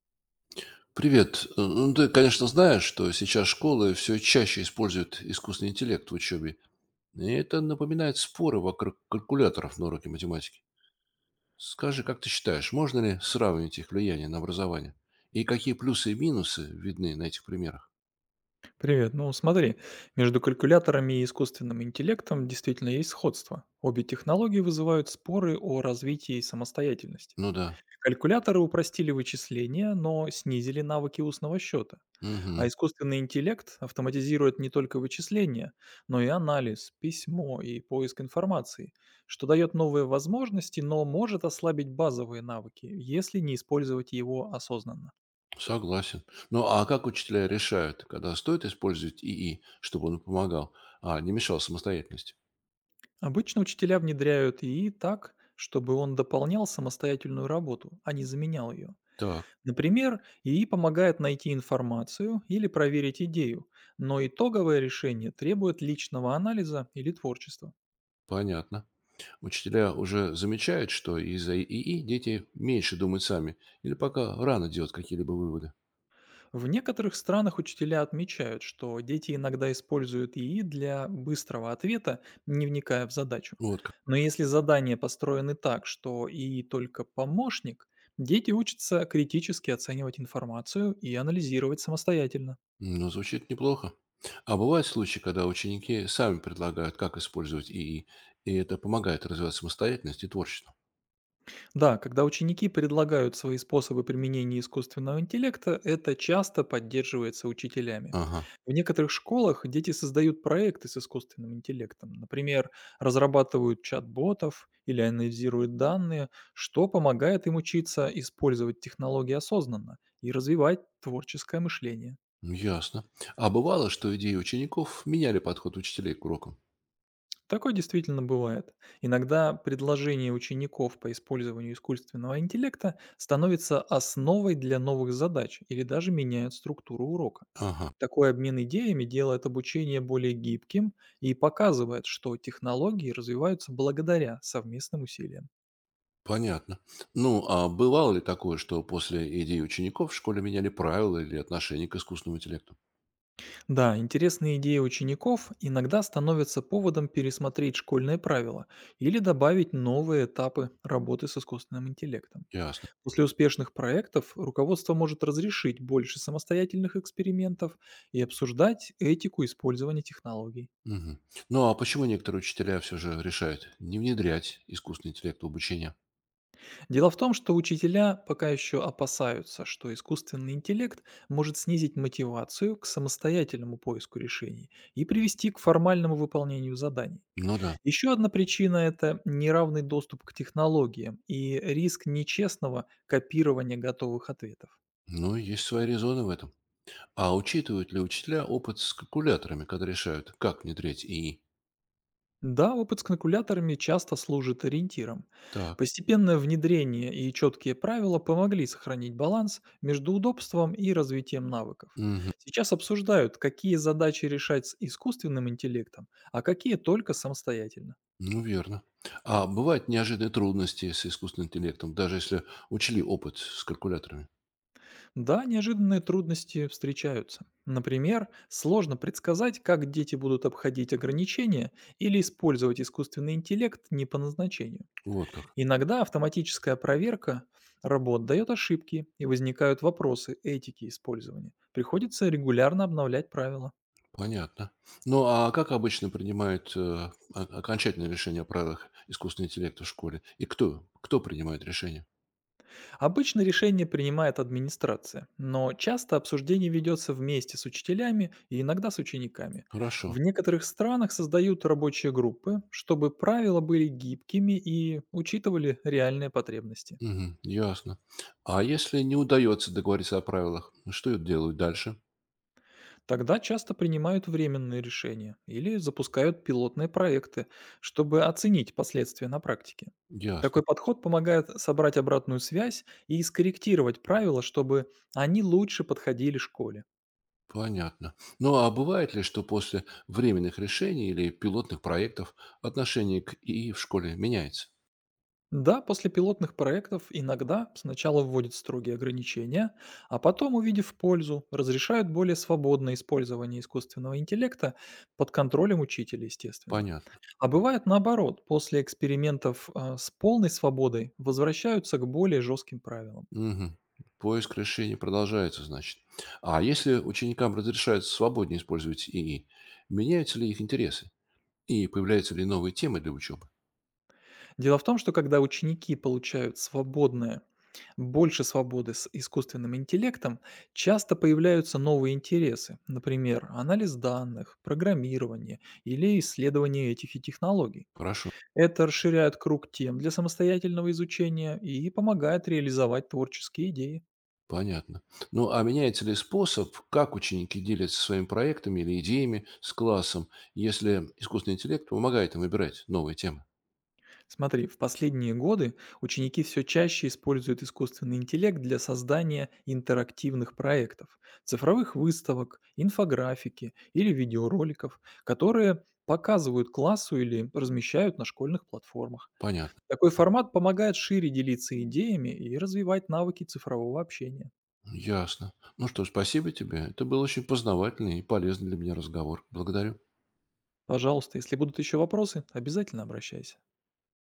Привет. Ну, ты, конечно, знаешь, что сейчас школы все чаще используют искусственный интеллект в учебе. И это напоминает споры вокруг калькуляторов на уроке математики. Скажи, как ты считаешь, можно ли сравнить их влияние на образование? И какие плюсы и минусы видны на этих примерах? Привет. Ну, смотри, между калькуляторами и искусственным интеллектом действительно есть сходство. Обе технологии вызывают споры о развитии самостоятельности. Ну да. Калькуляторы упростили вычисления, но снизили навыки устного счета. А Мгм. искусственный интеллект автоматизирует не только вычисления, но и анализ, письмо и поиск информации, что дает новые возможности, но может ослабить базовые навыки, если не использовать его осознанно. Согласен. Ну а как учителя решают, когда стоит использовать ИИ, чтобы он помогал, а не мешал самостоятельности? Обычно учителя внедряют ИИ так, чтобы он дополнял самостоятельную работу, а не заменял ее. Так, Например, ИИ помогает найти информацию или проверить идею, но итоговое решение требует личного анализа или творчества. понятно. Учителя уже замечают, что из-за ИИ дети меньше думают сами или пока рано делать какие-либо выводы. В некоторых странах учителя отмечают, что дети иногда используют ИИ для быстрого ответа, не вникая в задачу. Вот как. Но если задания построены так, что ИИ только помощник, дети учатся критически оценивать информацию и анализировать самостоятельно. Ну, звучит неплохо. А бывают случаи, когда ученики сами предлагают, как использовать ИИ, и это помогает развивать самостоятельность и творчество. Да, когда ученики предлагают свои способы применения искусственного интеллекта, это часто поддерживается учителями. Ага, В некоторых школах дети создают проекты с искусственным интеллектом, например, разрабатывают чат-ботов или анализируют данные, что помогает им учиться использовать технологии осознанно и развивать творческое мышление. ясно. А бывало, что идеи учеников меняли подход учителей к урокам? Такое действительно бывает. Иногда предложение учеников по использованию искусственного интеллекта становится основой для новых задач или даже меняет структуру урока. Ага, Такой обмен идеями делает обучение более гибким и показывает, что технологии развиваются благодаря совместным усилиям. понятно. Ну, а бывало ли такое, что после идей учеников в школе меняли правила или отношение к искусственному интеллекту? Да, интересные идеи учеников иногда становятся поводом пересмотреть школьные правила или добавить новые этапы работы с искусственным интеллектом. Ясно. После успешных проектов руководство может разрешить больше самостоятельных экспериментов и обсуждать этику использования технологий. Мгм. Ну, а почему некоторые учителя все же решают не внедрять искусственный интеллект в обучение? Дело в том, что учителя пока еще опасаются, что искусственный интеллект может снизить мотивацию к самостоятельному поиску решений и привести к формальному выполнению заданий. Ну да. Еще одна причина– это неравный доступ к технологиям и риск нечестного копирования готовых ответов. Ну, есть свои резоны в этом. А учитывают ли учителя опыт с калькуляторами, когда решают, как внедрять ИИ? Да, опыт с калькуляторами часто служит ориентиром. Так. Постепенное внедрение и четкие правила помогли сохранить баланс между удобством и развитием навыков. Мгм. Сейчас обсуждают, какие задачи решать с искусственным интеллектом, а какие только самостоятельно. Ну, верно. А бывают неожиданные трудности с искусственным интеллектом, даже если учли опыт с калькуляторами? Да, неожиданные трудности встречаются. Например, сложно предсказать, как дети будут обходить ограничения или использовать искусственный интеллект не по назначению. Вот как. Иногда автоматическая проверка работ дает ошибки и возникают вопросы этики использования. Приходится регулярно обновлять правила. Понятно. Ну, а как обычно принимают окончательное решение о правилах искусственного интеллекта в школе? И кто? Кто принимает решение? Обычно решение принимает администрация, но часто обсуждение ведется вместе с учителями и иногда с учениками. Хорошо. В некоторых странах создают рабочие группы, чтобы правила были гибкими и учитывали реальные потребности. Мгм. Ясно. А если не удается договориться о правилах, что делают дальше? Тогда часто принимают временные решения или запускают пилотные проекты, чтобы оценить последствия на практике. Ясно. Такой подход помогает собрать обратную связь и скорректировать правила, чтобы они лучше подходили школе. Понятно. Ну а бывает ли, что после временных решений или пилотных проектов отношение к ИИ в школе меняется? Да, после пилотных проектов иногда сначала вводят строгие ограничения, а потом, увидев пользу, разрешают более свободное использование искусственного интеллекта под контролем учителя, естественно. Понятно. А бывает наоборот, после экспериментов, с полной свободой возвращаются к более жестким правилам. Мгм. Поиск решений продолжается, значит. А если ученикам разрешают свободнее использовать ИИ, меняются ли их интересы? И появляются ли новые темы для учебы? Дело в том, что когда ученики получают свободное больше свободы с искусственным интеллектом, часто появляются новые интересы, например, анализ данных, программирование или исследование этих технологий. Хорошо. Это расширяет круг тем для самостоятельного изучения и помогает реализовать творческие идеи. Понятно. Ну, а меняется ли способ, как ученики делятся своими проектами или идеями с классом, если искусственный интеллект помогает им выбирать новые темы? Смотри, в последние годы ученики все чаще используют искусственный интеллект для создания интерактивных проектов, цифровых выставок, инфографики или видеороликов, которые показывают классу или размещают на школьных платформах. Понятно. Такой формат помогает шире делиться идеями и развивать навыки цифрового общения. Ясно. Ну что ж, спасибо тебе. Это был очень познавательный и полезный для меня разговор. Благодарю. Пожалуйста, если будут еще вопросы, обязательно обращайся.